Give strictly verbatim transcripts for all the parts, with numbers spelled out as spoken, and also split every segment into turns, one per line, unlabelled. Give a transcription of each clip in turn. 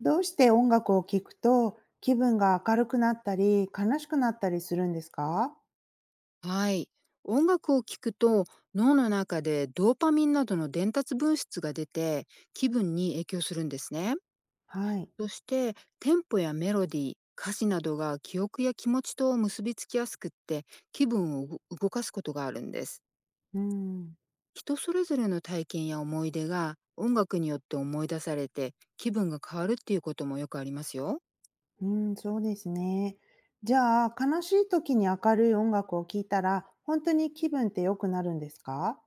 どうして音楽を聴くと気分が明るくなったり、悲しくなったりするんですか？
はい。音楽を聴くと脳の中でドーパミンなどの伝達物質が出て気分に影響するんですね。
はい。
そしてテンポやメロディー、歌詞などが記憶や気持ちと結びつきやすくって気分をう動かすことがあるんです。
うん。
人それぞれの体験や思い出が音楽によって思い出されて気分が変わるっていうこともよくありますよ。
うん、そうですね。じゃあ、悲しい時に明るい音楽を聴いたら、本当に気分って良くなるんですか？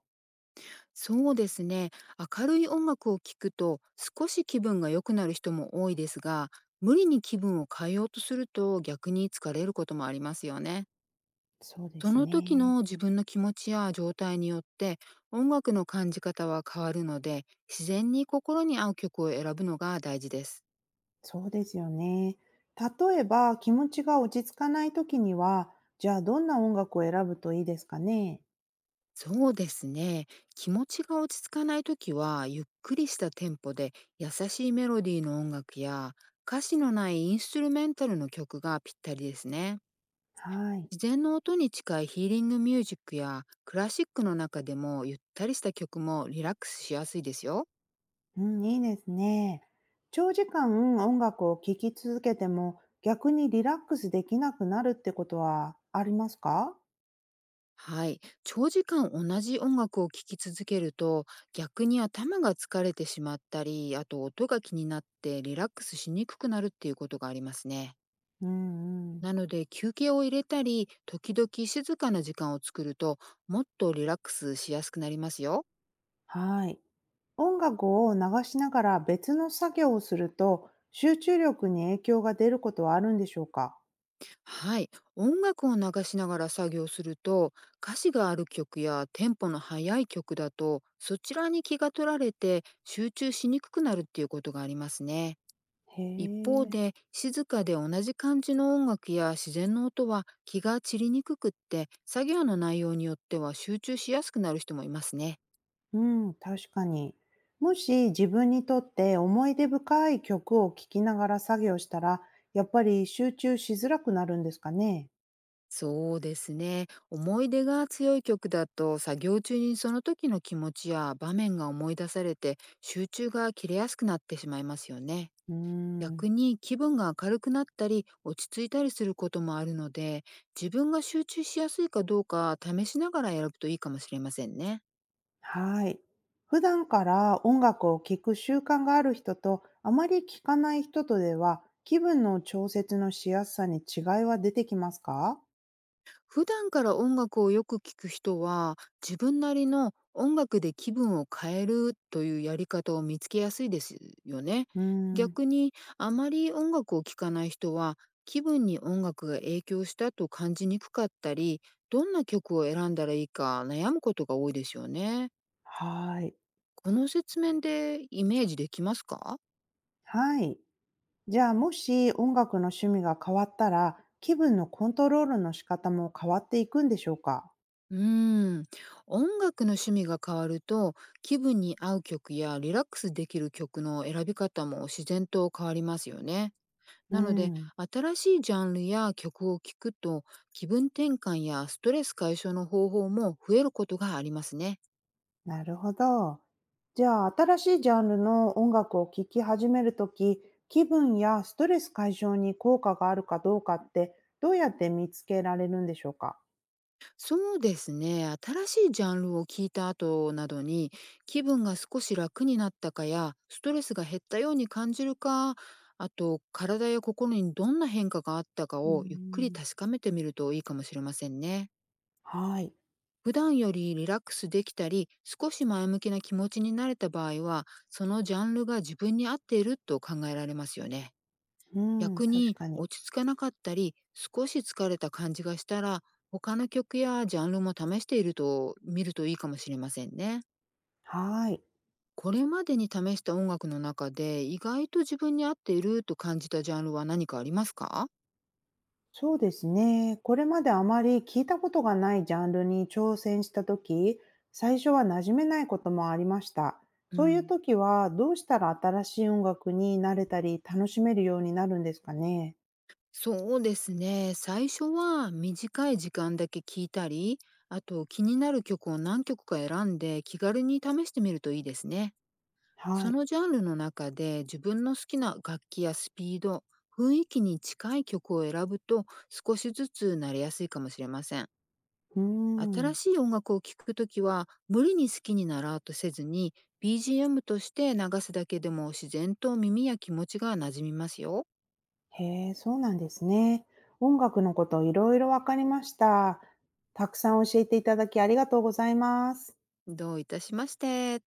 そうですね。明るい音楽を聴くと少し気分が良くなる人も多いですが、無理に気分を変えようとすると逆に疲れることもありますよね。
そうで
そ
す
の時
ね。
の自分の気持ちや状態によって、音楽の感じ方は変わるので、自然に心に合う曲を選ぶのが大事です。
そうですよね。例えば、気持ちが落ち着かない時には、じゃあどんな音楽を選ぶといいですかね？
そうですね。気持ちが落ち着かない時は、ゆっくりしたテンポで優しいメロディーの音楽や、歌詞のないインストゥルメンタルの曲がぴったりですね。
はい。
自然の音に近いヒーリングミュージックやクラシックの中でも、ゆったりした曲もリラックスしやすいですよ。
うん、いいですね。長時間音楽を聴き続けても逆にリラックスできなくなるってことはありますか？
はい。長時間同じ音楽を聴き続けると、逆に頭が疲れてしまったり、あと音が気になってリラックスしにくくなるっていうことがありますね。
うんうん。
なので、休憩を入れたり、時々静かな時間を作ると、もっとリラックスしやすくなりますよ。
はい。音楽を流しながら別の作業をすると集中力に影響が出ることはあるんでしょうか？
はい、音楽を流しながら作業すると、歌詞がある曲やテンポの速い曲だと、そちらに気が取られて集中しにくくなるっていうことがありますね。
へ
一方
え。
で、静かで同じ感じの音楽や自然の音は気が散りにくくって、作業の内容によっては集中しやすくなる人もいますね。
うん、確かに。もし自分にとって思い出深い曲を聴きながら作業したら、やっぱり集中しづらくなるんですかね？
そうですね。思い出が強い曲だと、作業中にその時の気持ちや場面が思い出されて、集中が切れやすくなってしまいますよね。
うー
逆
ん。
に気分が明るくなったり落ち着いたりすることもあるので、自分が集中しやすいかどうか試しながら選ぶといいかもしれませんね。
はい。普段から音楽を聴く習慣がある人と、あまり聴かない人とでは、気分の調節のしやすさに違いは出てきますか？
普段から音楽をよく聴く人は、自分なりの音楽で気分を変えるというやり方を見つけやすいですよね。
うーん。
逆に、あまり音楽を聴かない人は、気分に音楽が影響したと感じにくかったり、どんな曲を選んだらいいか悩むことが多いですよね。
はい。
この説明でイメージできますか？
はい。じゃあ、もし音楽の趣味が変わったら、気分のコントロールの仕方も変わっていくんでしょうか？
うーん、音楽の趣味が変わると、気分に合う曲やリラックスできる曲の選び方も自然と変わりますよね。
う
なので、
ん。
新しいジャンルや曲を聴くと、気分転換やストレス解消の方法も増えることがありますね。
なるほど。じゃあ、新しいジャンルの音楽を聴き始めるとき、気分やストレス解消に効果があるかどうかって、どうやって見つけられるんでしょうか？
そうですね。新しいジャンルを聞いた後などに、気分が少し楽になったかや、ストレスが減ったように感じるか、あと、体や心にどんな変化があったか
うー
を、ゆっくり
ん。
確かめてみるといいかもしれませんね。
はい。
普段よりリラックスできたり、少し前向きな気持ちになれた場合は、そのジャンルが自分に合っていると考えられますよね。
うん、
逆
確
に
かに。
落ち着かなかったり少し疲れた感じがしたら、他の曲やジャンルも試していると見るといいかもしれませんね。
はい。
これまでに試した音楽の中で、意外と自分に合っていると感じたジャンルは何かありますか？
そうですね。これまであまり聞いたことがないジャンルに挑戦したとき、最初は馴染めないこともありました。
う
そういう
ん、
ときは、どうしたら新しい音楽に慣れたり楽しめるようになるんですかね。
そうですね。最初は短い時間だけ聞いたり、あと気になる曲を何曲か選んで気軽に試してみるといいですね。
は
そ
い。
のジャンルの中で、自分の好きな楽器やスピード、雰囲気に近い曲を選ぶと、少しずつ慣れやすいかもしれません。
うー
新
ん。
しい音楽を聴くときは、無理に好きになろうとせずに、 ビージーエム として流すだけでも自然と耳や気持ちが馴染みますよ。
へえ、そうなんですね。音楽のこといろいろわかりました。たくさん教えていただきありがとうございます。
どういたしまして。